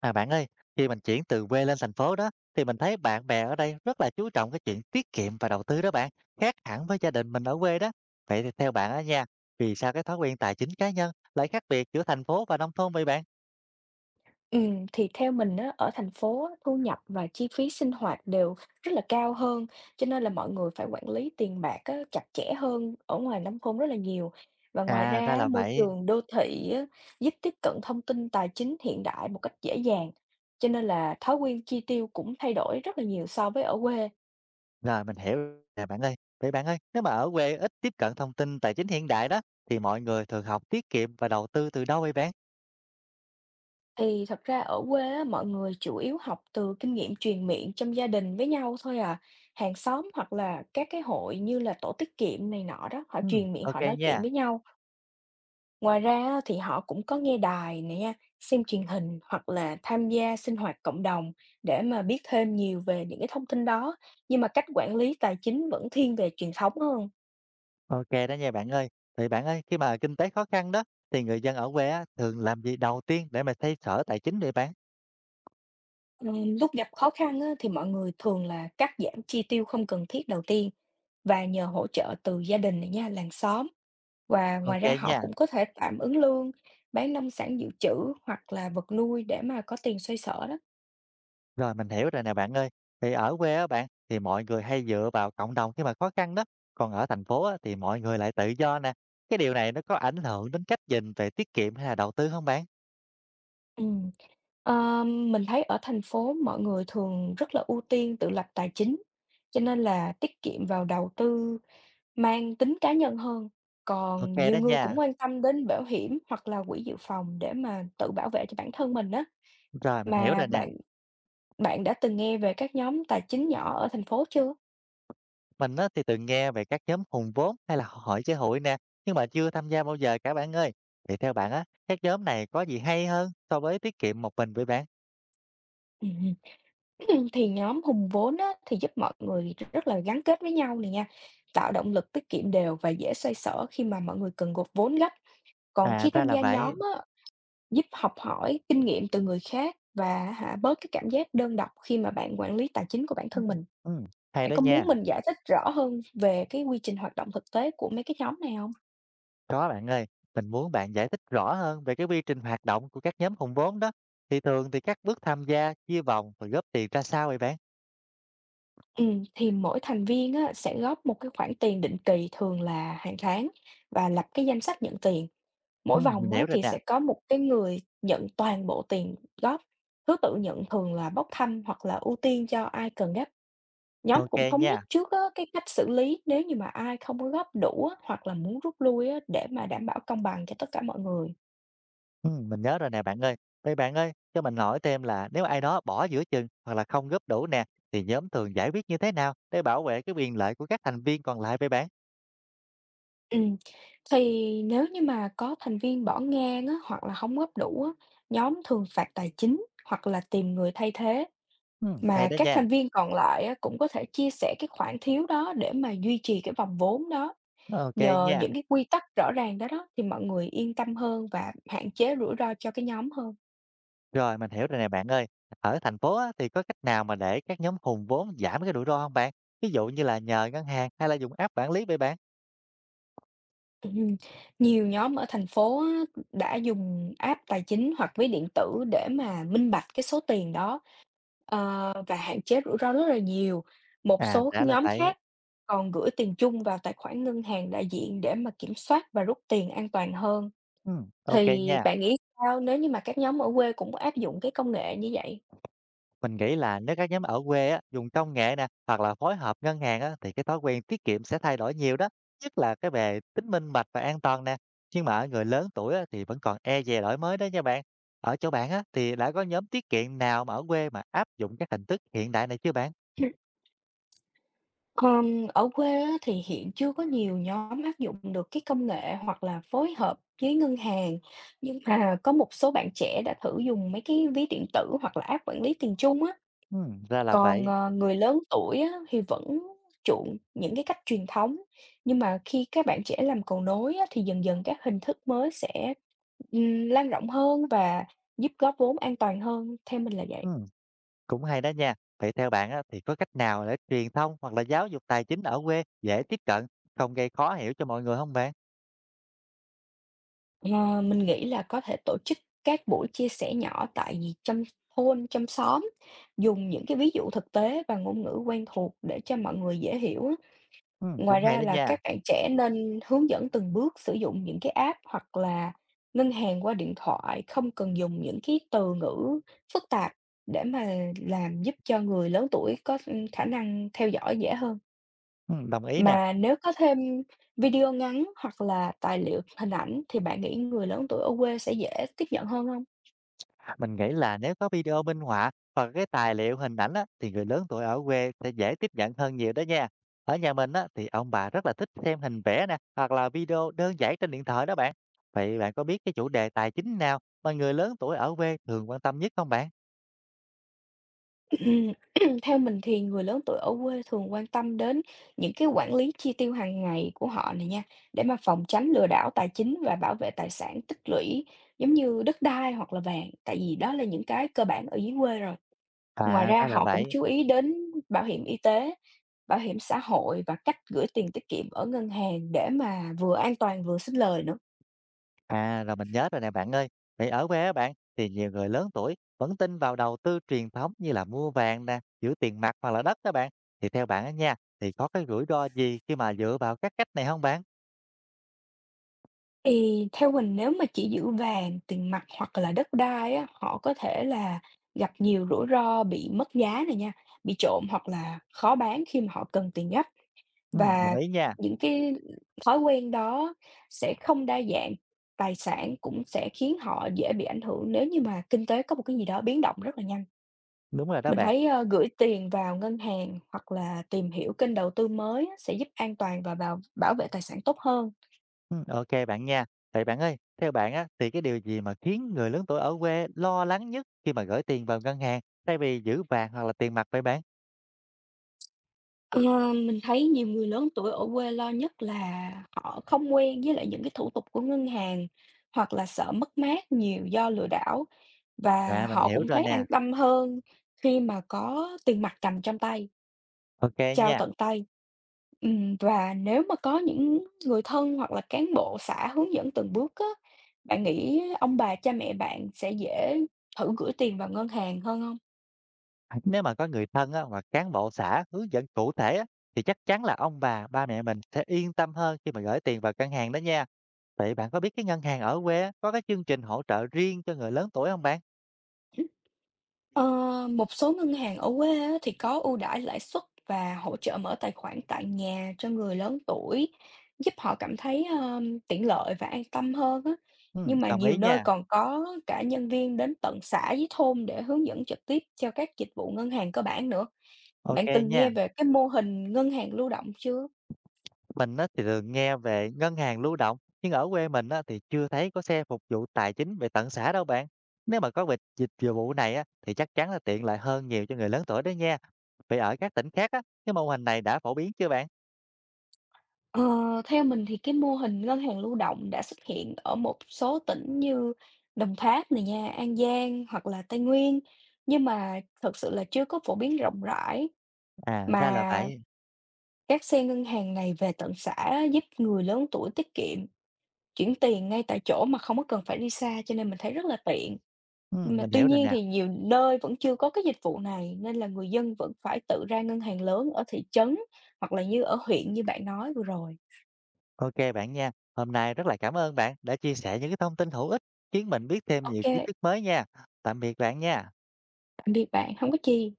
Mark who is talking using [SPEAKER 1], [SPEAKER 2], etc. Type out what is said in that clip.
[SPEAKER 1] À, bạn ơi, khi mình chuyển từ quê lên thành phố đó thì mình thấy bạn bè ở đây rất là chú trọng cái chuyện tiết kiệm và đầu tư đó bạn, khác hẳn với gia đình mình ở quê đó. Vậy thì theo bạn á nha, vì sao cái thói quen tài chính cá nhân lại khác biệt giữa thành phố và nông thôn vậy bạn?
[SPEAKER 2] Thì theo mình á, ở thành phố á, thu nhập và chi phí sinh hoạt đều rất là cao hơn, cho nên là mọi người phải quản lý tiền bạc á, chặt chẽ hơn ở ngoài nông thôn rất là nhiều. Và ngoài
[SPEAKER 1] À, ra
[SPEAKER 2] ra á,
[SPEAKER 1] là
[SPEAKER 2] môi
[SPEAKER 1] vậy.
[SPEAKER 2] trường đô thị á, giúp tiếp cận thông tin tài chính hiện đại một cách dễ dàng, cho nên là thói quen chi tiêu cũng thay đổi rất là nhiều so với ở quê.
[SPEAKER 1] Rồi mình hiểu rồi bạn ơi. Vậy bạn ơi, nếu mà ở quê ít tiếp cận thông tin tài chính hiện đại đó thì mọi người thường học tiết kiệm và đầu tư từ đâu vậy bạn?
[SPEAKER 2] Thì thật ra ở quê á, mọi người chủ yếu học từ kinh nghiệm truyền miệng trong gia đình với nhau thôi à. Hàng xóm hoặc là các cái hội như là tổ tiết kiệm này nọ đó, họ
[SPEAKER 1] Ừ,
[SPEAKER 2] truyền miệng
[SPEAKER 1] ok
[SPEAKER 2] họ nói chuyện
[SPEAKER 1] nha.
[SPEAKER 2] với nhau. Ngoài ra á, thì họ cũng có nghe đài này nha, xem truyền hình hoặc là tham gia sinh hoạt cộng đồng để mà biết thêm nhiều về những cái thông tin đó. Nhưng mà cách quản lý tài chính vẫn thiên về truyền thống hơn.
[SPEAKER 1] OK đó nha bạn ơi. Thì bạn ơi, khi mà kinh tế khó khăn đó, thì người dân ở quê á, thường làm gì đầu tiên để mà xoay sở tài chính vậy bạn?
[SPEAKER 2] Ừ, lúc gặp khó khăn á, thì mọi người thường là cắt giảm chi tiêu không cần thiết đầu tiên và nhờ hỗ trợ từ gia đình này nha, làng xóm. Và ngoài
[SPEAKER 1] OK
[SPEAKER 2] ra họ
[SPEAKER 1] nha.
[SPEAKER 2] cũng có thể tạm ứng lương, bán nông sản dự trữ hoặc là vật nuôi để mà có tiền xoay sở đó.
[SPEAKER 1] Rồi mình hiểu rồi nè bạn ơi. Thì ở quê á bạn, thì mọi người hay dựa vào cộng đồng khi mà khó khăn đó. Còn ở thành phố á, thì mọi người lại tự do nè. Cái điều này nó có ảnh hưởng đến cách nhìn về tiết kiệm hay là đầu tư không bạn?
[SPEAKER 2] Ừm, mình thấy ở thành phố mọi người thường rất là ưu tiên tự lập tài chính, cho nên là tiết kiệm vào đầu tư mang tính cá nhân hơn. Còn
[SPEAKER 1] OK đó
[SPEAKER 2] nhiều người
[SPEAKER 1] nha.
[SPEAKER 2] cũng quan tâm đến bảo hiểm hoặc là quỹ dự phòng để mà tự bảo vệ cho bản thân mình đó.
[SPEAKER 1] Rồi mình hiểu
[SPEAKER 2] Mà
[SPEAKER 1] rồi nè.
[SPEAKER 2] bạn bạn đã từng nghe về các nhóm tài chính nhỏ ở thành phố chưa?
[SPEAKER 1] Mình á, thì từng nghe về các nhóm hùn vốn hay là hội chơi hụi nè, nhưng mà chưa tham gia bao giờ cả bạn ơi. Vậy theo bạn á, các nhóm này có gì hay hơn so với tiết kiệm một mình với bạn?
[SPEAKER 2] Ừm. Thì nhóm hùng vốn á, thì giúp mọi người rất là gắn kết với nhau này nha, tạo động lực tiết kiệm đều và dễ xoay sở khi mà mọi người cần góp vốn gấp. Còn
[SPEAKER 1] À
[SPEAKER 2] khi
[SPEAKER 1] ra
[SPEAKER 2] tham
[SPEAKER 1] là
[SPEAKER 2] gia
[SPEAKER 1] vậy.
[SPEAKER 2] nhóm á, giúp học hỏi kinh nghiệm từ người khác và bớt cái cảm giác đơn độc khi mà bạn quản lý tài chính của bản
[SPEAKER 1] Ừ,
[SPEAKER 2] thân mình.
[SPEAKER 1] ừ, hay
[SPEAKER 2] Bạn
[SPEAKER 1] đó
[SPEAKER 2] có
[SPEAKER 1] nha.
[SPEAKER 2] muốn mình giải thích rõ hơn về cái quy trình hoạt động thực tế của mấy cái nhóm này không?
[SPEAKER 1] Có bạn ơi, mình muốn bạn giải thích rõ hơn về cái quy trình hoạt động của các nhóm hùn vốn đó. Thì thường thì các bước tham gia, chia vòng rồi góp tiền ra sao vậy bạn?
[SPEAKER 2] Thì mỗi thành viên á, sẽ góp một cái khoản tiền định kỳ thường là hàng tháng và lập cái danh sách nhận tiền.
[SPEAKER 1] Ừ,
[SPEAKER 2] Mỗi
[SPEAKER 1] mình
[SPEAKER 2] vòng á,
[SPEAKER 1] hiểu rồi
[SPEAKER 2] thì
[SPEAKER 1] nè.
[SPEAKER 2] sẽ có một cái người nhận toàn bộ tiền góp, thứ tự nhận thường là bốc thăm hoặc là ưu tiên cho ai cần gấp. Nhóm
[SPEAKER 1] Ok
[SPEAKER 2] cũng thống nhất
[SPEAKER 1] nha.
[SPEAKER 2] trước á, cái cách xử lý nếu như mà ai không có góp đủ á, hoặc là muốn rút lui á, để mà đảm bảo công bằng cho tất cả mọi người.
[SPEAKER 1] Mình nhớ rồi nè bạn ơi. Vậy bạn ơi, cho mình hỏi thêm là nếu ai đó bỏ giữa chừng hoặc là không góp đủ nè, thì nhóm thường giải quyết như thế nào để bảo vệ cái quyền lợi của các thành viên còn lại vậy bạn?
[SPEAKER 2] Ừm, thì nếu như mà có thành viên bỏ ngang á, hoặc là không góp đủ á, nhóm thường phạt tài chính hoặc là tìm người thay thế.
[SPEAKER 1] Hay
[SPEAKER 2] Mà
[SPEAKER 1] đó
[SPEAKER 2] các
[SPEAKER 1] nha.
[SPEAKER 2] thành viên còn lại á, cũng có thể chia sẻ cái khoản thiếu đó để mà duy trì cái vòng vốn đó.
[SPEAKER 1] Ok
[SPEAKER 2] Nhờ
[SPEAKER 1] nha.
[SPEAKER 2] những cái quy tắc rõ ràng đó đó thì mọi người yên tâm hơn và hạn chế rủi ro cho cái nhóm hơn.
[SPEAKER 1] Rồi mình hiểu rồi nè bạn ơi. Ở thành phố á, thì có cách nào mà để các nhóm hùn vốn giảm cái rủi ro không bạn? Ví dụ như là nhờ ngân hàng hay là dùng app quản lý vậy bạn?
[SPEAKER 2] Ừm, Nhiều nhóm ở thành phố á, đã dùng app tài chính hoặc ví điện tử để mà minh bạch cái số tiền đó và hạn chế rủi ro rất là nhiều. Một
[SPEAKER 1] À,
[SPEAKER 2] số
[SPEAKER 1] đã
[SPEAKER 2] cái
[SPEAKER 1] là
[SPEAKER 2] nhóm
[SPEAKER 1] vậy.
[SPEAKER 2] khác còn gửi tiền chung vào tài khoản ngân hàng đại diện để mà kiểm soát và rút tiền an toàn hơn.
[SPEAKER 1] Ok
[SPEAKER 2] Thì
[SPEAKER 1] nha.
[SPEAKER 2] bạn nghĩ sao nếu như mà các nhóm ở quê cũng áp dụng cái công nghệ như vậy?
[SPEAKER 1] Mình nghĩ là nếu các nhóm ở quê á, dùng công nghệ nè hoặc là phối hợp ngân hàng á, thì cái thói quen tiết kiệm sẽ thay đổi nhiều đó, nhất là cái về tính minh bạch và an toàn nè, nhưng mà ở người lớn tuổi á, thì vẫn còn e dè đổi mới đó nha bạn. Ở chỗ bạn á, thì đã có nhóm tiết kiệm nào mà ở quê mà áp dụng các hình thức hiện đại này chưa bạn?
[SPEAKER 2] Ở quê á, thì hiện chưa có nhiều nhóm áp dụng được cái công nghệ hoặc là phối hợp với ngân hàng, nhưng mà có một số bạn trẻ đã thử dùng mấy cái ví điện tử hoặc là app quản lý tiền chung á.
[SPEAKER 1] Ừ, ra là
[SPEAKER 2] Còn,
[SPEAKER 1] vậy.
[SPEAKER 2] ờ, người lớn tuổi á, thì vẫn chuộng những cái cách truyền thống, nhưng mà khi các bạn trẻ làm cầu nối á, thì dần dần các hình thức mới sẽ, lan rộng hơn và giúp góp vốn an toàn hơn, theo mình là vậy.
[SPEAKER 1] Ừ, cũng hay đó nha. Vậy theo bạn á, thì có cách nào để truyền thông hoặc là giáo dục tài chính ở quê dễ tiếp cận, không gây khó hiểu cho mọi người không bạn?
[SPEAKER 2] Ờ, mình nghĩ là có thể tổ chức các buổi chia sẻ nhỏ tại vì trong thôn, trong xóm, dùng những cái ví dụ thực tế và ngôn ngữ quen thuộc để cho mọi người dễ hiểu á.
[SPEAKER 1] Ừ,
[SPEAKER 2] Ngoài
[SPEAKER 1] cũng hay đó
[SPEAKER 2] ra là
[SPEAKER 1] nha.
[SPEAKER 2] các bạn trẻ nên hướng dẫn từng bước sử dụng những cái app hoặc là ngân hàng qua điện thoại, không cần dùng những cái từ ngữ phức tạp để mà làm giúp cho người lớn tuổi có, khả năng theo dõi dễ hơn.
[SPEAKER 1] Ừ, đồng ý nè.
[SPEAKER 2] Mà nếu có thêm video ngắn hoặc là tài liệu hình ảnh thì bạn nghĩ người lớn tuổi ở quê sẽ dễ tiếp nhận hơn hông?
[SPEAKER 1] Mình nghĩ là nếu có video minh họa hoặc cái tài liệu hình ảnh á, thì người lớn tuổi ở quê sẽ dễ tiếp nhận hơn nhiều đó nha. Ở nhà mình á, thì ông bà rất là thích xem hình vẽ nè hoặc là video đơn giản trên điện thoại đó bạn. Vậy bạn có biết cái chủ đề tài chính nào mà người lớn tuổi ở quê thường quan tâm nhất không bạn?
[SPEAKER 2] Theo mình thì người lớn tuổi ở quê thường quan tâm đến những cái quản lý chi tiêu hàng ngày của họ này nha, để mà phòng tránh lừa đảo tài chính và bảo vệ tài sản tích lũy giống như đất đai hoặc là vàng, tại vì đó là những cái cơ bản ở dưới quê rồi. Ngoài
[SPEAKER 1] À
[SPEAKER 2] ra
[SPEAKER 1] ra là
[SPEAKER 2] họ cũng
[SPEAKER 1] vậy.
[SPEAKER 2] chú ý đến bảo hiểm y tế, bảo hiểm xã hội và cách gửi tiền tiết kiệm ở ngân hàng để mà vừa an toàn vừa sinh lời nữa.
[SPEAKER 1] À rồi mình nhớ rồi nè bạn ơi. Vậy ở quê á bạn thì nhiều người lớn tuổi vẫn tin vào đầu tư truyền thống như là mua vàng nè, giữ tiền mặt hoặc là đất đó bạn. Thì theo bạn á nha, thì có cái rủi ro gì khi mà dựa vào các cách này không bạn?
[SPEAKER 2] Thì theo mình nếu mà chỉ giữ vàng, tiền mặt hoặc là đất đai á, họ có thể là gặp nhiều rủi ro bị mất giá này nha, bị trộm hoặc là khó bán khi mà họ cần tiền gấp.
[SPEAKER 1] Đồng
[SPEAKER 2] Và
[SPEAKER 1] ý nha,
[SPEAKER 2] những cái thói quen đó sẽ không đa dạng, tài sản cũng sẽ khiến họ dễ bị ảnh hưởng nếu như mà kinh tế có một cái gì đó biến động rất là nhanh.
[SPEAKER 1] đúng rồi đó
[SPEAKER 2] Mình
[SPEAKER 1] bạn.
[SPEAKER 2] thấy, gửi tiền vào ngân hàng hoặc là tìm hiểu kênh đầu tư mới á, sẽ giúp an toàn và bảo bảo vệ tài sản tốt hơn.
[SPEAKER 1] Ô bạn nha. Vậy bạn ơi, theo bạn á, thì cái điều gì mà khiến người lớn tuổi ở quê lo lắng nhất khi mà gửi tiền vào ngân hàng thay vì giữ vàng hoặc là tiền mặt vậy bạn?
[SPEAKER 2] Ờ, mình thấy nhiều người lớn tuổi ở quê lo nhất là họ không quen với lại những cái thủ tục của ngân hàng hoặc là sợ mất mát nhiều do lừa đảo
[SPEAKER 1] À,
[SPEAKER 2] và
[SPEAKER 1] mình
[SPEAKER 2] họ
[SPEAKER 1] hiểu
[SPEAKER 2] cũng
[SPEAKER 1] rồi
[SPEAKER 2] thấy
[SPEAKER 1] nè,
[SPEAKER 2] an tâm hơn khi mà có tiền mặt cầm trong tay,
[SPEAKER 1] ok
[SPEAKER 2] trao
[SPEAKER 1] nha.
[SPEAKER 2] tận tay. Và nếu mà có những người thân hoặc là cán bộ xã hướng dẫn từng bước á, bạn nghĩ ông bà cha mẹ bạn sẽ dễ thử gửi tiền vào ngân hàng hơn không?
[SPEAKER 1] À, nếu mà có người thân á, hoặc cán bộ xã hướng dẫn cụ thể á, thì chắc chắn là ông bà, ba mẹ mình sẽ yên tâm hơn khi mà gửi tiền vào ngân hàng đó nha. Vậy bạn có biết cái ngân hàng ở quê á, có cái chương trình hỗ trợ riêng cho người lớn tuổi không bạn?
[SPEAKER 2] Ờ, một số ngân hàng ở quê á, thì có ưu đãi lãi suất và hỗ trợ mở tài khoản tại nhà cho người lớn tuổi, giúp họ cảm thấy tiện lợi và an tâm hơn á. Nhưng mà
[SPEAKER 1] Đồng
[SPEAKER 2] nhiều
[SPEAKER 1] ý
[SPEAKER 2] nơi
[SPEAKER 1] nha,
[SPEAKER 2] còn có cả nhân viên đến tận xã với thôn để hướng dẫn trực tiếp cho các dịch vụ ngân hàng cơ bản nữa.
[SPEAKER 1] ok
[SPEAKER 2] Bạn từng
[SPEAKER 1] nha.
[SPEAKER 2] nghe về cái mô hình ngân hàng lưu động chưa?
[SPEAKER 1] Mình á thì thường nghe về ngân hàng lưu động, nhưng ở quê mình á thì chưa thấy có xe phục vụ tài chính về tận xã đâu bạn. Nếu mà có vịt dịch dịch vụ này á thì chắc chắn là tiện lợi hơn nhiều cho người lớn tuổi đó nha. Vậy ở các tỉnh khác á, cái mô hình này đã phổ biến chưa bạn?
[SPEAKER 2] Ờ, theo mình thì cái mô hình ngân hàng lưu động đã xuất hiện ở một số tỉnh như Đồng Tháp này nha, An Giang hoặc là Tây Nguyên, nhưng mà thực sự là chưa có phổ biến rộng rãi
[SPEAKER 1] À,
[SPEAKER 2] mà
[SPEAKER 1] ra là vậy.
[SPEAKER 2] các xe ngân hàng này về tận xã giúp người lớn tuổi tiết kiệm, chuyển tiền ngay tại chỗ mà không có cần phải đi xa cho nên mình thấy rất là tiện.
[SPEAKER 1] Ừ,
[SPEAKER 2] Nhưng mà
[SPEAKER 1] mình
[SPEAKER 2] tuy
[SPEAKER 1] hiểu rồi
[SPEAKER 2] nhiên
[SPEAKER 1] nè.
[SPEAKER 2] thì nhiều nơi vẫn chưa có cái dịch vụ này nên là người dân vẫn phải tự ra ngân hàng lớn ở thị trấn hoặc là như ở huyện như bạn nói vừa rồi.
[SPEAKER 1] Ok bạn nha. Hôm nay rất là cảm ơn bạn đã chia sẻ những cái thông tin hữu ích khiến mình biết thêm nhiều
[SPEAKER 2] OK,
[SPEAKER 1] kiến thức mới nha. Tạm biệt bạn nha.
[SPEAKER 2] tạm biệt bạn, không có chi.